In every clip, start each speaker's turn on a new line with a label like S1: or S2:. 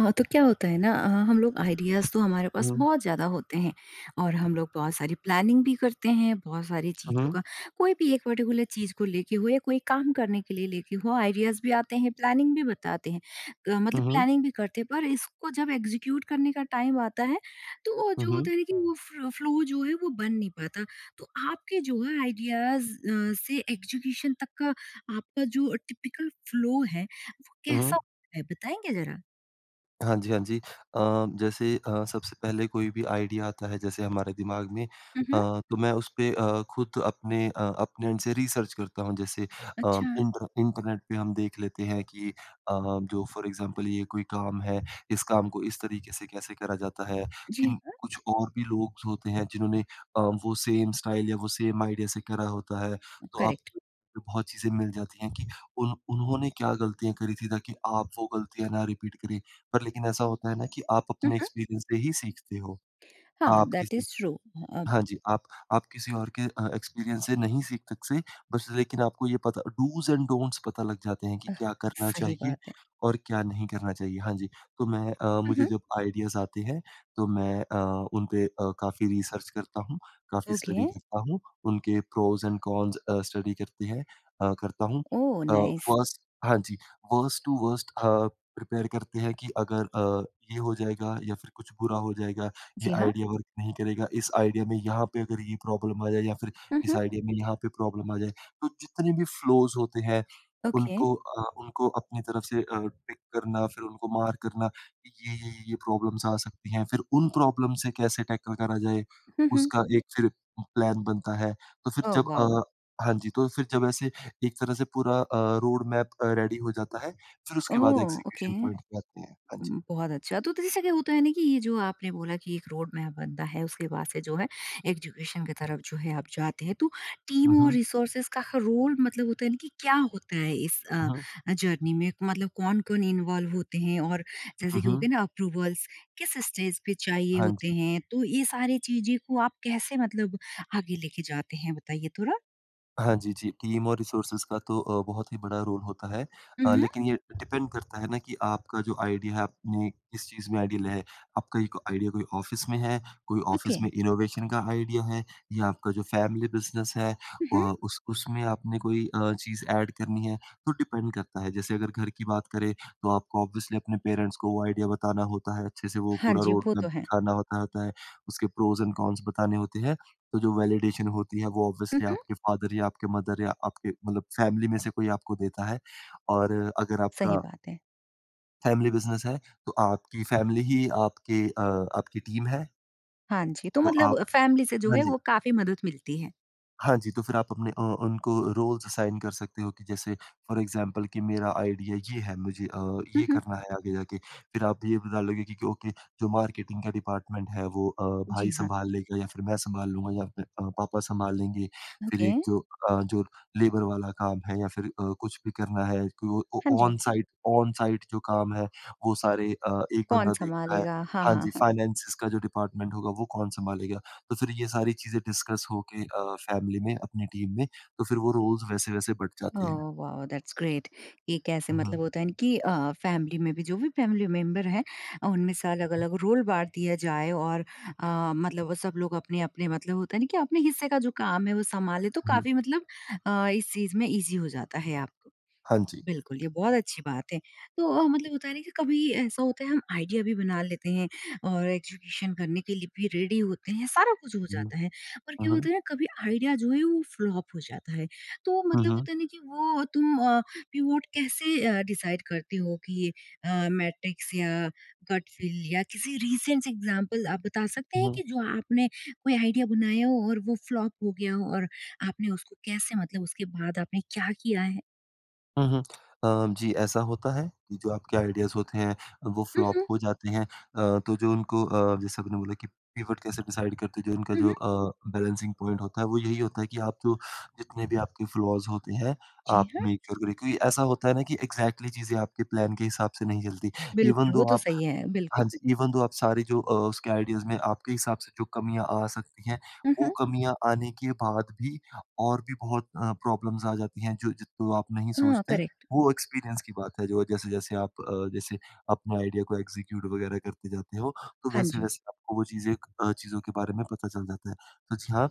S1: तो क्या होता है ना हम लोग आइडियाज़ तो हमारे पास
S2: Mhm.
S1: बहुत ज़्यादा होते हैं और हम लोग बहुत सारी प्लानिंग भी करते हैं, बहुत सारी चीज़ों
S2: Mhm.
S1: का कोई भी एक पर्टिकुलर चीज़ को लेके हो या कोई काम करने के लिए लेके हो आइडियाज़ भी आते हैं, प्लानिंग भी बताते हैं। मतलब
S2: Mhm.
S1: प्लानिंग भी करते हैं पर इसको जब एग्जीक्यूट करने का टाइम आता है, तो वो जो
S2: Mhm.
S1: होता है ना कि वो फ्र फ्लो जो है वो बन नहीं पाता। तो आपके जो है आइडियाज़ से एग्जीक्यूशन तक का आपका जो टिपिकल फ्लो है, वो
S2: Mhm.
S1: कैसा होता है बताएँगे ज़रा?
S2: हाँ जी, हाँ जी। जैसे सबसे पहले कोई भी आइडिया आता है जैसे हमारे दिमाग में। तो मैं उसपे खुद अपने एंड से रिसर्च करता हूँ। जैसे
S1: अच्छा,
S2: इंटरनेट पे हम देख लेते हैं कि जो फ़ॉर एग्ज़ाम्पल ये कोई काम है, इस काम को इस तरीके से कैसे करा जाता है,
S1: जी
S2: किन
S1: हाँ।
S2: कुछ और भी लोग होते हैं जिन्होंने वो सेम स्टाइल या वो सेम आइडिया से करा होता है। तो
S1: करेक्ट।
S2: आपको बहुत चीज़ें मिल जाती हैं कि उन उन्होंने क्या गलतियाँ करी थी ताकि आप वो गलतियाँ ना रिपीट करें। पर लेकिन ऐसा होता है ना कि आप
S1: हुँ,
S2: अपने
S1: हुँ।
S2: एक्सपीरियंस से ही सीखते हो।
S1: हाँ,
S2: आप
S1: दैट
S2: किसी
S1: इज़ ट्रू। अब
S2: हाँ जी, आप किसी और के एक्सपीरियंस से नहीं सीख तक से बस लेकिन आपको ये पता डूज़ एंड डोंट्स पता लग जाते हैं कि क्या करना
S1: सही
S2: चाहिए
S1: बात है।
S2: और क्या नहीं करना चाहिए। हाँ जी,
S1: हुँ,
S2: मुझे
S1: हुँ।
S2: जब आइडियाज़ आते हैं तो मैं उन पे काफ़ी रिसर्च करता हूँ, काफ़ी
S1: ओके,
S2: स्टडी करता हूँ, उनके pros and cons uh, study करते हैं अ, करता हूँ।
S1: ओह
S2: अ,
S1: नाइस।
S2: वर्स्ट हाँ जी, वर्स्ट टू वर्स्ट प्रिपेयर करते हैं कि अगर ये हो जाएगा या फिर कुछ बुरा हो जाएगा, ये
S1: जी हाँ।
S2: आइडिया वर्क नहीं करेगा, इस आइडिया में यहाँ पे अगर ये प्रॉब्लम आ जाए या फिर
S1: हुँ,
S2: इस
S1: हुँ।
S2: आइडिया में यहाँ पे प्रॉब्लम आ जाए। तो जितने भी फ्लॉज़ होते हैं,
S1: ओके।
S2: उनको अपनी तरफ से पिक करना, फिर उनको मार्क करना कि ये प्रॉब्लम्स आ सकती हैं। फिर उन प्रॉब्लम से कैसे टैकल करा जाए,
S1: हुँ, हुँ।
S2: उसका एक फिर प्लान बनता है। तो फिर
S1: ओह
S2: जब
S1: वाओ!
S2: अ, हाँ जी, तो फिर जब ऐसे एक तरह से पूरा रोड मैप रेडी हो जाता है, फिर उसके बाद
S1: ओह, ओके।
S2: एग्ज़ीक्यूशन पॉइंट पे आते हैं। हाँ जी।
S1: बहुत अच्छा। तो जैसा कि होता है ना कि ये जो आपने बोला कि एक रोड मैप बनता है, उसके बाद से जो है एजुकेशन की तरफ जो है आप जाते हैं। तो
S2: हुँ,
S1: टीम और
S2: हुँ।
S1: रिसोर्सेज़ का रोल मतलब होता है ना कि क्या होता है इस
S2: हुँ, हुँ।
S1: जर्नी में? मतलब कौन-कौन इन्वॉल्व होते हैं और
S2: हुँ,
S1: जैसे कि हो
S2: हुँ।
S1: गया ना अप्रूवल्स किस स्टेज पे चाहिए
S2: हाँ
S1: होते
S2: जी।
S1: हैं? तो ये सारी चीज़ें को आप कैसे मतलब आगे लेके जाते हैं बताइए थोड़ा?
S2: हाँ जी, जी। टीम और रिसोर्सेज़ का तो बहुत ही बड़ा रोल होता है।
S1: हुँ, हुँ।
S2: लेकिन ये डिपेंड करता है ना कि आपका जो आइडिया है, आपने किस चीज़ में आइडिया लिया है। आपका एक आइडिया कोई ऑफ़िस में है, कोई ऑफ़िस
S1: ओके।
S2: में इनोवेशन का आइडिया है, या आपका जो फ़ैमिली बिज़नेस है
S1: हुँ, हुँ।
S2: उस उसमें आपने कोई चीज़ ऐड करनी है, तो डिपेंड करता है। जैसे अगर घर की बात करें, तो आपको ऑब्वियसली अपने पेरेंट्स को वो आइडिया बताना होता है, अच्छे से वो
S1: हाँ
S2: पूरा
S1: जी,
S2: रोड
S1: वो
S2: मैप
S1: तो है।
S2: दिखाना होता होता है, उसके प्रोज़ एंड कॉन्स बताने होते हैं। तो जो वैलिडेशन होती है वो
S1: हुँ,
S2: ऑब्वियसली
S1: हुँ।
S2: आपके फादर या आपके मदर या आपके मतलब फैमिली में से कोई आपको देता है, और अगर
S1: सही
S2: आपका
S1: बात है।
S2: फैमिली बिज़नेस है, तो आपकी फैमिली ही आपके आपकी टीम है,
S1: हाँ जी, तो
S2: तो आप
S1: मतलब फैमिली से जो
S2: हाँ
S1: है
S2: जी।
S1: वो काफ़ी मदद मिलती है।
S2: हाँ जी, तो फिर आप अपने उनको रोल्स असाइन कर सकते हो कि जैसे फॉर एग्ज़ाम्पल कि मेरा आइडिया ये है, मुझे
S1: हुँ,
S2: ये
S1: हुँ।
S2: करना है आगे जाके। फिर आप ये बता लोगे कि ओके, जो मार्केटिंग का डिपार्टमेंट है वो भाई
S1: जी हाँ।
S2: सँभाल लेगा, या फिर मैं सँभाल लूँगा, या फिर पापा सँभाल लेंगे। फिर
S1: ओके।
S2: एक जो अ, जो लेबर वाला काम है, या फिर कुछ भी करना है कि वो ओ
S1: हाँ जी।
S2: ऑन साइट जो काम है वो सारे एक
S1: कौन
S2: बंदा देखता है।
S1: सँभालेगा? हाँ,
S2: हाँ
S1: हाँ,
S2: जी,
S1: हाँ।
S2: फाइनेंसेस का जो डिपार्टमेंट होगा वो कौन सँभालेगा? तो फिर ये सारी चीज़ें डिस्कस होके फैमिली में, अपनी टीम में, तो फिर वो रोल्स वैसे-वैसे बँट जाते हैं।
S1: ओह वाओ! दैट्स ग्रेट कि कैसे
S2: हुँ, हुँ,
S1: मतलब होता है ना कि फैमिली में भी जो भी फैमिली मेंबर हैं उनमें से
S2: हुँ,
S1: अलग-अलग रोल बाँट दिया जाए और मतलब वो सब लोग अपने-अपने मतलब होता है ना कि अपने हिस्से का जो काम है वो सँभाले तो
S2: हुँ, हुँ।
S1: काफ़ी मतलब इस चीज़ में ईज़ी हो जाता है आपको।
S2: हाँ जी।
S1: बिल्कुल, ये बहुत अच्छी बात है। तो मतलब होता है ना कि कभी ऐसा होता है हम आइडिया भी बना लेते हैं और एग्ज़ीक्यूशन करने के लिए भी रेडी होते हैं, सारा कुछ हो
S2: हुँ,
S1: जाता है। पर
S2: हुँ,
S1: क्या
S2: हुँ,
S1: होता है ना कभी आइडिया जो है वो फ्लॉप हो जाता है। तो
S2: हुँ,
S1: मतलब
S2: हुँ,
S1: होता है ना कि वो तुम पिवोट कैसे डिसाइड करते हो कि मैट्रिक्स या गट फील या किसी रिसेंट एग्ज़ाम्पल आप बता सकते हैं
S2: हुँ,
S1: कि जो आपने कोई आइडिया बनाया हो और वो फ्लॉप हो गया हो और आपने उसको कैसे मतलब उसके बाद आपने क्या किया है?
S2: हुँ, हुँ। जी, ऐसा होता है कि जो आपके आइडियाज़ होते हैं, वो
S1: हुँ,
S2: फ्लॉप
S1: हुँ।
S2: हो जाते हैं। तो जो जैसे आपने बोला कि पिवट कैसे डिसाइड करते हैं, जो उनका
S1: हुँ, हुँ।
S2: जो बैलेंसिंग पॉइंट होता है, वो यही होता है कि आप जो जितने भी आपके फ्लॉज़ होते हैं,
S1: जी
S2: आप
S1: हाँ।
S2: मेक श्योर करें, क्योंकि ऐसा होता है ना कि एग्ज़ैक्टली चीज़ें आपके प्लान के हिसाब से नहीं चलती। इवन
S1: बिल्कुल, वो
S2: दो
S1: तो
S2: आप
S1: सही है,
S2: हाँ
S1: बिल्कुल।
S2: जी, इवन दो आप सारी जो उसके आइडियाज़ में आपके हिसाब से जो कमियाँ आ सकती हैं,
S1: हुँ,
S2: वो
S1: हुँ।
S2: कमियाँ आने के बाद भी और भी बहुत प्रॉब्लम्स आ जाती हैं जो जिनको आप नहीं
S1: हाँ,
S2: सोचते।
S1: करेक्ट।
S2: वो एक्सपीरियंस की बात है जो जैसे-जैसे आप जैसे अपने आइडिया को एग्ज़ीक्यूट वग़ैरह करते जाते हो, तो
S1: हाँ जी।
S2: वैसे-वैसे आपको वो चीज़ें चीज़ों के बारे में पता चल जाता है। तो जी हाँ,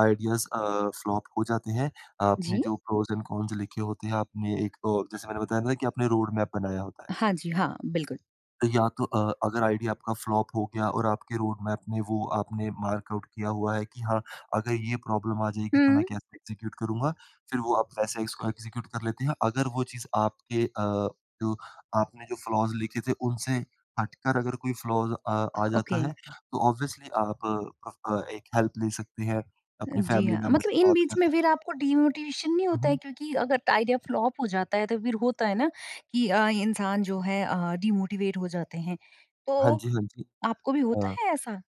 S2: आइडियाज़ फ्लॉप हो जाते हैं। आपने
S1: जी?
S2: जो प्रोज़ एंड कॉन्स लिखे होते हैं, आपने एक और जैसे मैंने बताया ना कि आपने रोड मैप बनाया होता है।
S1: हाँ जी, हाँ, बिल्कुल।
S2: तो या तो अगर आईडिया आपका फ्लॉप हो गया और आपके रोड मैप में वो आपने मार्क आउट किया हुआ है कि हाँ, अगर ये प्रॉब्लम आ जाएगी तो मैं
S1: हुँ।
S2: कैसे एग्ज़ीक्यूट करूँगा, फिर वो आप वैसे इसको एग्ज़ीक्यूट कर लेते हैं। अगर वो चीज़ आपके जो आपने जो फ्लॉज़ लिखे थे उनसे हटकर अगर कोई फ्लॉज़ आ जाता
S1: ओके,
S2: है तो ऑब्वियसली आप एक हेल्प ले सकते हैं, अपने
S1: जी
S2: फैमिली
S1: हाँ।
S2: मेंबर
S1: मतलब
S2: से
S1: इन
S2: बात कर
S1: बीच में
S2: सकते हैं।
S1: फिर आपको डिमोटिवेशन नहीं
S2: हुँ,
S1: होता है
S2: हुँ।
S1: क्योंकि अगर आइडिया फ्लॉप हो जाता है तो फिर होता है ना कि इंसान जो है डिमोटिवेट हो जाते हैं।
S2: हाँ
S1: तो
S2: जी, हाँ जी।
S1: आपको भी होता
S2: अ
S1: है ऐसा?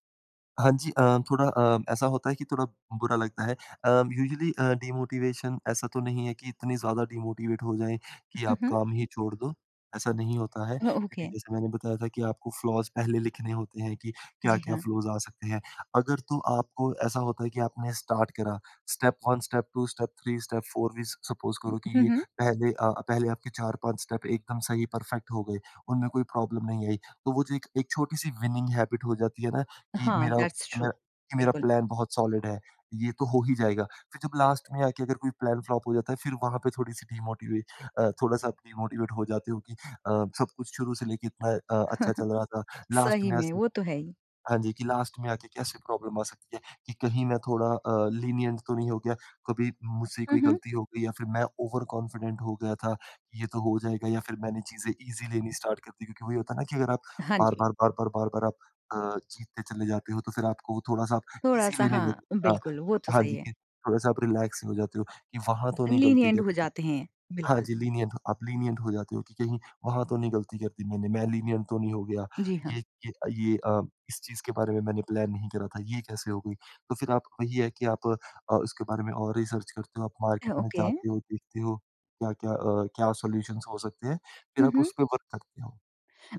S2: हाँ जी, थोड़ा ऐसा होता है कि थोड़ा बुरा लगता है। यूजुअली डिमोटिवेशन ऐसा तो नहीं है कि इतनी ज़्यादा डिमोटिवेट हो जाएँ कि
S1: हुँ,
S2: आप
S1: हुँ।
S2: काम ही छोड़ दो, ऐसा नहीं होता है।
S1: अ,
S2: क्योंकि
S1: ओके,
S2: जैसे मैंने बताया था कि आपको फ्लॉज़ पहले लिखने होते हैं कि
S1: जी
S2: क्या-क्या
S1: हाँ।
S2: फ्लॉज़ आ सकते हैं। अगर तो आपको ऐसा होता है कि आपने स्टार्ट करा, स्टेप 1 स्टेप 2 स्टेप 3 स्टेप 4 भी सपोज़ करो कि
S1: हुँ,
S2: ये
S1: हुँ।
S2: पहले आपके 4-5 स्टेप एकदम सही परफेक्ट हो गए, उनमें कोई प्रॉब्लम नहीं आई। तो वो जो एक एक छोटी-सी विनिंग हैबिट हो जाती है ना कि
S1: हाँ,
S2: मेरा
S1: दैट्स
S2: कि
S1: ट्रू,
S2: मेरा कि मेरा
S1: बिल्कुल।
S2: प्लान बहुत सॉलिड है, ये तो हो ही जाएगा। फिर जब लास्ट में आके अगर कोई प्लान फ्लॉप हो जाता है, फिर वहाँ पे थोड़ा-सा आप डीमोटिवेट हो जाते हो कि सब कुछ शुरू से लेके इतना अच्छा चल रहा था, लास्ट
S1: सही
S2: में
S1: में, वो तो है ही।
S2: हाँ जी, कि लास्ट में आके कैसे प्रॉब्लम आ सकती है, कि कहीं मैं थोड़ा lenient तो नहीं हो गया, कभी मुझसे
S1: हुँ,
S2: कोई
S1: हुँ।
S2: गलती हो गई या फिर मैं ओवर कॉन्फिडेंट हो गया था, कि ये तो हो जाएगा या फिर मैंने चीज़ें ईज़ी लेनी स्टार्ट कर दी, क्योंकि वही होता है ना कि अगर आप
S1: हाँ जी,
S2: बार-बार, बार-बार, बार-बार आप अ, जीतते चले जाते हो तो फिर आपको वो थोड़ा-सा आप ईज़ी
S1: थोड़ा-सा
S2: लेने लग
S1: हाँ,
S2: हाँ,
S1: बिल्कुल, वो तो
S2: हाँ
S1: सही
S2: जी,
S1: है।
S2: कि थोड़ा-सा आप रिलैक्स हो जाते हो, कि वहाँ तो नहीं गलती
S1: लीनिएंट
S2: कर
S1: हो जाते हैं।
S2: हाँ
S1: बिल्कुल।
S2: जी, lenient आप lenient हो जाते हो कि कहीं वहाँ तो नहीं गलती कर दी मैंने, मैं lenient तो नहीं हो गया।
S1: जी हाँ।
S2: ये ये ये अ, इस चीज़ के बारे में मैंने प्लान नहीं करा था, ये कैसे हो गई? तो फिर आप वही है कि आप उसके बारे में और रिसर्च करते हो, आप
S1: अ,
S2: मार्केट में
S1: ओके।
S2: जाते हो, देखते हो क्या-क्या क्या सॉल्यूशंस हो सकते हैं, फिर
S1: हुँ,
S2: आप
S1: हुँ।
S2: उस पे वर्क करते हो।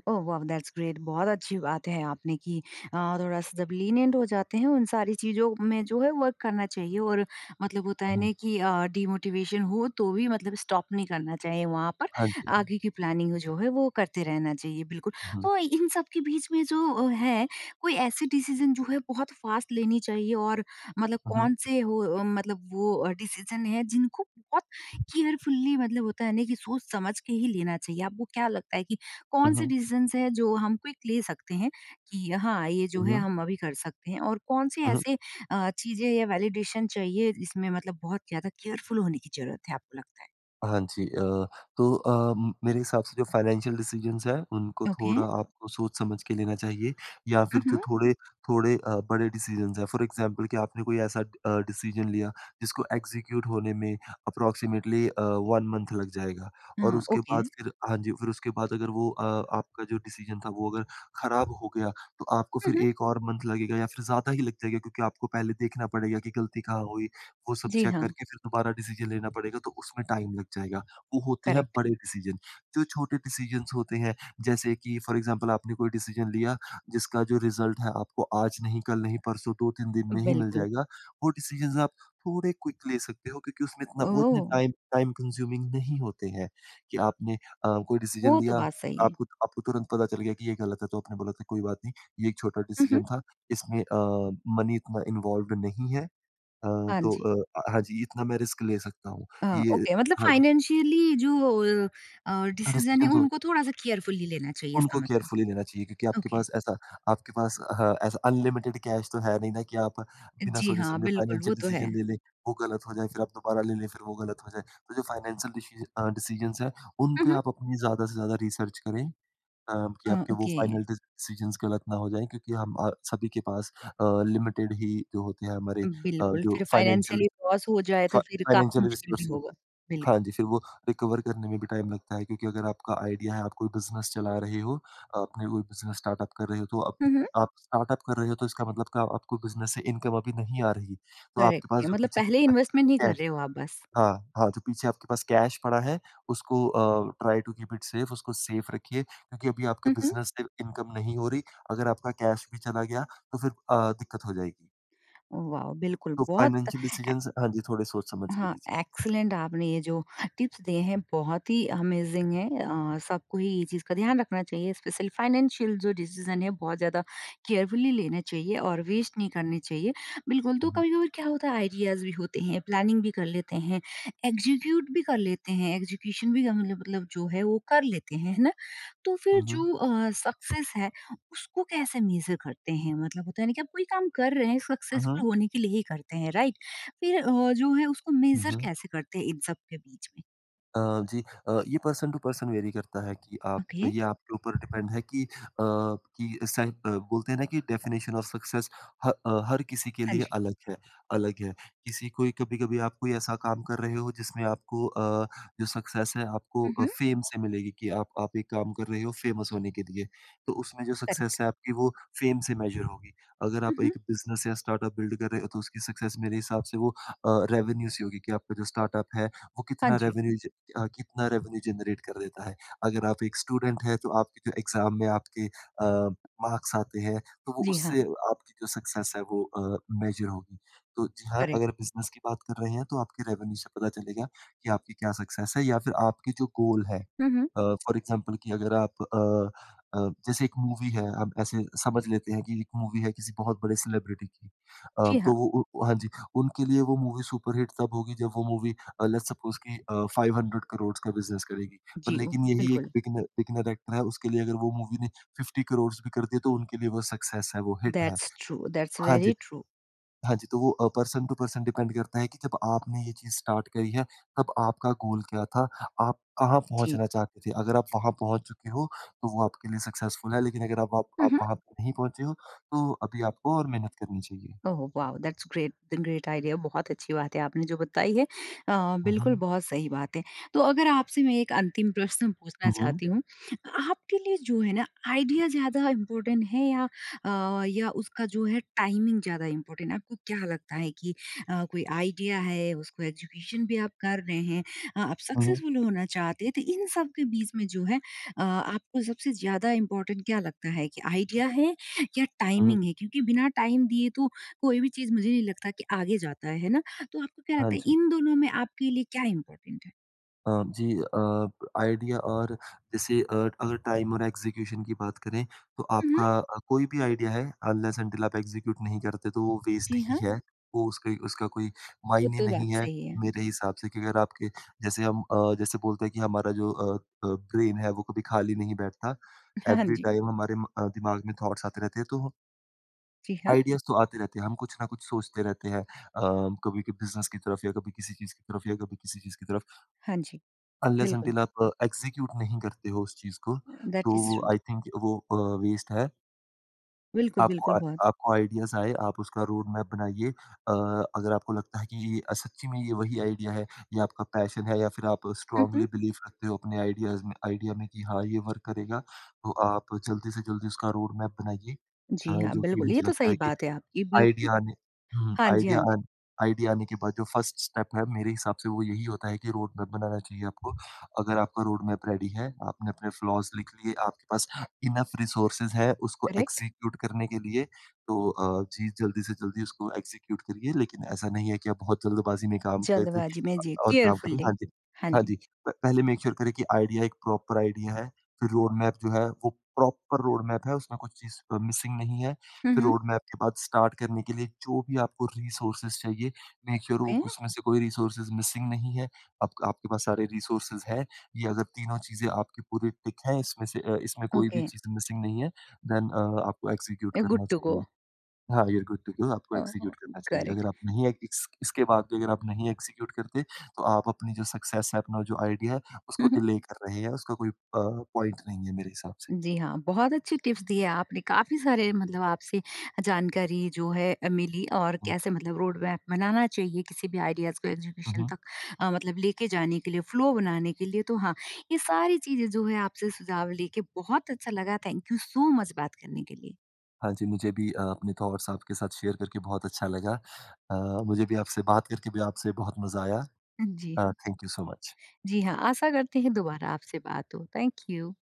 S1: ओह वाह! दैट्स ग्रेट बहुत अच्छी बात है आपने कि थोड़ा-सा जब लीनिएंट हो जाते हैं उन सारी चीज़ों में जो है वर्क करना चाहिए और मतलब होता है
S2: हुँ,
S1: ना कि डिमोटिवेशन हो तो भी मतलब स्टॉप नहीं करना चाहिए वहाँ पर,
S2: हाँ जी।
S1: आगे की प्लानिंग जो है वो करते रहना चाहिए बिल्कुल।
S2: हुँ, हुँ,
S1: तो इन सब के बीच में जो है कोई ऐसी डिसीज़न जो है बहुत फास्ट लेनी चाहिए और मतलब
S2: हुँ,
S1: कौन-से हो मतलब वो डिसीज़न है जिनको बहुत केयरफुली मतलब होता है ना कि सोच समझ के ही लेना चाहिए। आपको क्या लगता है कि
S2: हुँ,
S1: कौन-से
S2: हुँ,
S1: डिसीज़न्स हैं जो हम क्विक ले सकते हैं कि हाँ, ये
S2: हुँ,
S1: जो है
S2: हुँ।
S1: हम अभी कर सकते हैं और कौन-से ऐसे चीज़ें या वैलिडेशन चाहिए जिसमें मतलब बहुत ज़्यादा केयरफुल होने की ज़रूरत है आपको लगता
S2: हाँ जी। अ, तो अ, म मेरे हिसाब से जो फाइनेंशियल डिसीजंस हैं, उनको
S1: है? ओके।
S2: थोड़ा आपको सोच-समझ के लेना चाहिए, या फिर
S1: हुँ,
S2: जो
S1: हुँ।
S2: थोड़े थोड़े अ, बड़े डिसीजंस हैं, फॉर एग्ज़ाम्पल कि आपने कोई ऐसा डिसीजन लिया, जिसको एग्ज़ीक्यूट होने में अप्रॉक्सिमेटली 1 मंथ लग जाएगा, और
S1: हाँ,
S2: उसके
S1: ओके।
S2: बाद फिर हाँ जी, फिर उसके बाद अगर वो आपका जो डिसीजन था, वो अगर खराब हो गया, तो आपको
S1: हुँ,
S2: फिर
S1: हुँ।
S2: 1 और मंथ लगेगा या फिर ज़्यादा ही लग जाएगा, क्योंकि आपको पहले देखना पड़ेगा कि गलती कहाँ हुई, वो सब
S1: जी
S2: चेक
S1: हाँ,
S2: करके फिर दोबारा डिसीजन लेना पड़ेगा, तो उसमें टाइम लग जाएगा। वो होते हैं
S1: करेक्ट।
S2: बड़े डिसीजन। जो छोटे डिसीजंस होते हैं, जैसे कि फॉर एग्ज़ाम्पल आपने कोई डिसीजन लिया, जिसका जो रिज़ल्ट है आपको आज नहीं, कल नहीं, परसों 2-3 दिन में ही मिल
S1: बिल्कुल।
S2: जाएगा। वो डिसीजंस आप थोड़े क्विक ले सकते हो, क्योंकि उसमें इतना वो इतने
S1: ओह!
S2: टाइम टाइम कंज़्यूमिंग नहीं होते हैं कि आपने कोई डिसीजन
S1: वो तो
S2: लिया,
S1: बात सही है।
S2: आपको आपको तुरंत पता चल गया कि ये गलत है, तो आपने बोला था कोई बात नहीं, ये एक छोटा
S1: हुँ, हुँ।
S2: डिसीजन था, इसमें मनी इतना इन्वॉल्व्ड नहीं है। अ,
S1: हाँ जी।
S2: हाँ जी, इतना मैं रिस्क ले सकता हूँ।
S1: अ,
S2: ये
S1: ओके मतलब
S2: हाँ,
S1: फाइनेंशियली जो डिसीज़न
S2: डिसीजन
S1: है
S2: जो
S1: उनको थोड़ा-सा केयरफुली लेना चाहिए इसका
S2: उनको
S1: मतलब।
S2: केयरफुली लेना चाहिए, क्योंकि
S1: ओके।
S2: आपके पास हाँ, ऐसा अनलिमिटेड कैश तो है नहीं ना कि आप बिना
S1: जी हाँ,
S2: सोचे-समझे
S1: बिल्कुल वो
S2: फाइनेंशियल
S1: तो है।
S2: डिसीजन ले लें, वो गलत हो जाए, फिर आप दोबारा ले लें, फिर वो गलत हो जाए। तो जो फाइनेंशियल डिसीजंस हैं, उन
S1: हुँ,
S2: पे
S1: हुँ।
S2: आप अपनी ज़्यादा से ज़्यादा रिसर्च करें अ, कि
S1: अ,
S2: आपके वो
S1: ओके।
S2: फाइनल डिसीजंस गलत ना हो जाएँ, क्योंकि हम सभी के पास लिमिटेड ही जो होते हैं हमारे
S1: बिल्कुल,
S2: जो
S1: फिर
S2: फाइनेंशियल
S1: फाइनेंशियली लॉस हो जाए
S2: फा
S1: तो फिर काफ़ी
S2: फाइनेंशियल
S1: मुश्किल भी
S2: रिसोर्सेस
S1: होगा।
S2: हाँ
S1: बिल्कुल।
S2: जी, फिर वो रिकवर करने में भी टाइम लगता है क्योंकि अगर आपका आइडिया है, आप कोई बिज़नेस चला रहे हो, आपने कोई बिज़नेस स्टार्टअप कर रहे हो, तो आप
S1: हुँ, हुँ।
S2: आप स्टार्टअप कर रहे हो तो इसका मतलब का आपको बिज़नेस से इनकम अभी नहीं आ रही। तो आपके
S1: करेक्ट
S2: पास
S1: है
S2: जो
S1: मतलब
S2: पीछे
S1: पहले इन्वेस्टमेंट नहीं कर
S2: कैश
S1: रहे हो आप बस।
S2: हाँ, हाँ, जो पीछे आपके पास कैश पड़ा है उसको try to keep it safe उसको सेफ रखिए क्योंकि अभी आपके
S1: हुँ, हुँ।
S2: बिज़नेस से इनकम नहीं हो रही। अगर आपका कैश भी चला गया तो फिर दिक्कत हो जाएगी।
S1: वाओ! बिल्कुल
S2: तो
S1: बहुत
S2: फाइनेंशियल डिसीजंस हाँ जी, थोड़े सोच समझ के
S1: हाँ,
S2: लीजिए।
S1: एक्सीलेंट आपने ये जो टिप्स दिए हैं बहुत ही अमेज़िंग है सबको ही ये चीज़ का ध्यान रखना चाहिए स्पेशली फाइनेंशियल जो डिसीज़न है बहुत ज़्यादा केयरफुली लेना चाहिए और वेस्ट नहीं करने चाहिए। बिल्कुल,
S2: हुँ,
S1: तो
S2: हुँ।
S1: कभी-कभार क्या होता है आइडियाज़ भी होते हैं, प्लानिंग भी कर लेते हैं, एग्ज़ीक्यूट भी कर लेते हैं, एग्ज़ीक्यूशन भी हम लोग मतलब जो है वो कर लेते हैं, है ना? तो फिर
S2: हुँ, हुँ।
S1: जो सक्सेस है उसको कैसे मेज़र करते हैं? मतलब होता है ना कि आप कोई काम कर रहे हैं सक्सेसफुल होने के लिए ही करते हैं, राइट? फिर जो है उसको
S2: हुँ,
S1: मेज़र
S2: हुँ।
S1: कैसे करते हैं इन सब के बीच में?
S2: अ, जी ये पर्सन टू पर्सन वेरी करता है कि आप
S1: ओके।
S2: ये आपके ऊपर डिपेंड है कि सह बोलते हैं ना कि डेफिनेशन ऑफ सक्सेस हर किसी के
S1: हाँ
S2: लिए
S1: जी।
S2: अलग है किसी कोई कभी-कभी आप कोई ऐसा काम कर रहे हो जिसमें आपको जो सक्सेस है आपको
S1: उहुँ।
S2: फेम से मिलेगी कि आप एक काम कर रहे हो फेमस होने के लिए, तो उसमें जो सक्सेस
S1: करेक्ट।
S2: है आपकी वो फेम से मेजर होगी। अगर आप
S1: उहुँ।
S2: एक बिज़नेस या स्टार्टअप बिल्ड कर रहे हो तो उसकी सक्सेस मेरे हिसाब से वो रेवेन्यू से होगी कि आपका जो स्टार्टअप है वो
S1: हाँ
S2: कितना
S1: जी।
S2: रेवेन्यू कितना रेवेन्यू जनरेट कर देता है। अगर आप एक स्टूडेंट हैं तो आपके जो एग्ज़ाम में आपके मार्क्स आते हैं तो वो
S1: जी हाँ।
S2: उससे आपकी जो सक्सेस है वो मेज़र होगी। तो जी हाँ,
S1: करेक्ट।
S2: अगर बिज़नेस की बात कर रहे हैं तो आपके रेवेन्यू से पता चलेगा कि आपकी क्या सक्सेस है या फिर आपके जो गोल है।
S1: हुँ, हुँ।
S2: फॉर एग्ज़ाम्पल कि अगर आप अ, जैसे एक मूवी है हम ऐसे समझ लेते हैं कि एक मूवी है किसी बहुत बड़े सेलिब्रिटी की।
S1: जी
S2: तो
S1: हाँ।
S2: वो उ हाँ जी, उनके लिए वो मूवी सुपरहिट तब होगी जब वो मूवी लेट्स सपोज़ कि 500 करोड़ का बिज़नेस करेगी। पर
S1: जी, ओ,
S2: लेकिन यही एक
S1: बिल्कुल।
S2: बिगिनर बिगिनर एक्टर है, उसके लिए अगर वो मूवी ने 50 करोड़ भी कर दिए, तो उनके लिए वो सक्सेस है, वो हिट है।
S1: दैट्स ट्रू, दैट्स
S2: हाँ जी,
S1: वेरी ट्रू।
S2: हाँ जी, तो वो पर्सन टू पर्सन डिपेंड करता है कि जब आपने ये चीज़ स्टार्ट करी है, तब आपका गोल क्या था? आप कहाँ
S1: जी।
S2: पहुँचना चाहते थे? अगर आप वहाँ पहुँच चुके हो, तो वो आपके लिए सक्सेसफुल है, लेकिन अगर आप आप
S1: हुँ,
S2: आप
S1: हुँ।
S2: वहाँ पे नहीं पहुँचे हो, तो अभी आपको और मेहनत करनी चाहिए।
S1: Oh wow! That's great great idea बहुत अच्छी बात है आपने जो बताई है। अ,
S2: हुँ,
S1: बिल्कुल
S2: हुँ।
S1: बहुत सही बात है। तो अगर आपसे मैं एक अंतिम प्रश्न पूछना
S2: हुँ, हुँ।
S1: चाहती हूँ। आपके लिए जो है ना आइडिया ज़्यादा इम्पोर्टेंट है या अ, या उसका जो है टाइमिंग ज़्यादा इम्पोर्टेंट है? आपको क्या लगता है कि कोई आइडिया है उसको एग्जीक्यूशन भी आप कर रहे हैं, आप
S2: हुँ, हुँ।
S1: सक्सेसफुल होना चाहते हैं तो इन सब के बीच में जो है आपको सबसे ज़्यादा इम्पोर्टेंट क्या लगता है कि आइडिया है या
S2: हुँ, हुँ।
S1: टाइमिंग है? क्योंकि बिना टाइम दिए तो कोई भी चीज़ मुझे नहीं लगता कि आगे जाता है ना? तो आपको क्या
S2: हाँ
S1: लगता है
S2: जी।
S1: इन दोनों में आपके लिए क्या इम्पोर्टेंट है?
S2: अ, जी आइडिया और जैसे अगर टाइम और एग्ज़ीक्यूशन की बात करें, तो
S1: हुँ, हुँ।
S2: आपका कोई भी आइडिया है अनलेस अंटिल आप एग्ज़ीक्यूट नहीं करते तो वो वेस्ट
S1: जी,
S2: ही
S1: हाँ।
S2: है। वो उसका उसका कोई
S1: वो
S2: मायने
S1: तो बात
S2: नहीं है
S1: सही है।
S2: मेरे हिसाब से कि अगर आपके जैसे हम जैसे बोलते हैं कि हमारा जो ब्रेन है वो कभी खाली नहीं बैठता।
S1: हाँ
S2: एवरी
S1: जी।
S2: टाइम हमारे दिमाग में थॉट्स आते रहते हैं तो
S1: जी, हाँ।
S2: आइडियाज़ तो आते रहते हैं, हम कुछ ना कुछ सोचते रहते हैं। कभी के बिज़नेस की तरफ या कभी किसी चीज़ की तरफ या कभी किसी चीज़ की तरफ।
S1: हाँ जी,
S2: अनलेस
S1: बिल्कुल।
S2: अनटिल आप एग्ज़ीक्यूट नहीं करते हो उस चीज़ को,
S1: दैट
S2: तो
S1: इज़ ट्रू।
S2: आई थिंक वो वेस्ट है।
S1: बिल्कुल,
S2: आपको
S1: बिल्कुल
S2: आ
S1: बहुत
S2: आपको आइडियाज़ आए, आप उसका रोड मैप बनाइए। अगर आपको लगता है कि ये सच्ची में ये वही आइडिया है, ये आपका पैशन है या फिर आप
S1: हुँ,
S2: स्ट्रांगली
S1: हुँ।
S2: बिलीव रखते हो अपने आइडियाज़ में आइडिया में कि हाँ, ये वर्क करेगा, तो आप जल्दी से जल्दी उसका रोड मैप बनाइए।
S1: जी हाँ,
S2: जो कि
S1: बिल्कुल,
S2: मुझे
S1: ये तो
S2: लगता
S1: सही
S2: है कि
S1: बात है आपकी बिल्कुल।
S2: आइडिया आने हुँ,
S1: हाँ जी,
S2: आइडिया
S1: हाँ जी,
S2: आन आइडिया आने के बाद जो फर्स्ट स्टेप है मेरे हिसाब से वो यही होता है कि रोड मैप बनाना चाहिए आपको। अगर आपका रोड मैप रेडी है, आपने अपने फ्लॉज़ लिख लिए, आपके पास इनफ रिसोर्सेज़ है उसको
S1: करेक्ट।
S2: एग्ज़ीक्यूट करने के लिए, तो जी जल्दी से जल्दी उसको एग्ज़ीक्यूट करिए। लेकिन ऐसा नहीं है कि आप बहुत जल्दबाज़ी में काम करते
S1: जल्दबाजी में जी,
S2: और काम करें हाँ
S1: केयरफुली।
S2: जी,
S1: हाँ
S2: हाँ जी।
S1: जी।
S2: प पहले मेक श्योर करें कि आइडिया एक प्रॉपर आइडिया है, फिर रोड मैप जो है वो प्रॉपर रोड मैप है उसमें कुछ चीज़ मिसिंग नहीं है।
S1: हुँ,
S2: फिर
S1: हुँ।
S2: रोड मैप के बाद स्टार्ट करने के लिए जो भी आपको रिसोर्सेस चाहिए, मेक श्योर वो
S1: ओके,
S2: उसमें से कोई रिसोर्सेस मिसिंग नहीं है। आप आपके पास सारे रिसोर्सेस हैं। ये अगर तीनों चीज़ें आपकी पूरी टिक हैं, इसमें से इसमें कोई भी
S1: ओके,
S2: चीज़ मिसिंग नहीं है, देन आपको एग्ज़ीक्यूट
S1: गुड
S2: करना
S1: टू गो
S2: चाहिए। हाँ, you are good to go आपको
S1: अ,
S2: एग्ज़ीक्यूट करना चाहिए। अगर
S1: करेक्ट।
S2: आप नहीं एक इस इसके बाद भी अगर आप नहीं एग्ज़ीक्यूट करते, तो आप अपनी जो सक्सेस है, अपना जो आइडिया है, उसको डिले कर रहे हैं, उसका कोई पॉइंट नहीं है मेरे हिसाब से।
S1: जी हाँ, बहुत अच्छे टिप्स दिए आपने, काफ़ी सारे मतलब आपसे जानकारी जो है मिली और
S2: हुँ,
S1: कैसे मतलब रोड मैप बनाना चाहिए किसी भी आइडियाज़ को
S2: हुँ,
S1: एग्जीक्यूशन
S2: हुँ।
S1: तक मतलब लेके जाने के लिए, फ्लो बनाने के लिए। तो हाँ, ये सारी चीज़ें जो है आपसे सुझाव लेके बहुत अच्छा लगा। थैंक यू सो मच बात करने के लिए।
S2: हाँ जी, मुझे भी अपने थॉट्स आपके साथ शेयर करके बहुत अच्छा लगा। अ, मुझे भी आपसे बात करके भी आपसे बहुत मज़ा आया।
S1: जी हाँ,
S2: थैंक यू सो मच।
S1: जी हाँ, आशा करते हैं दोबारा आपसे बात हो। Thank you.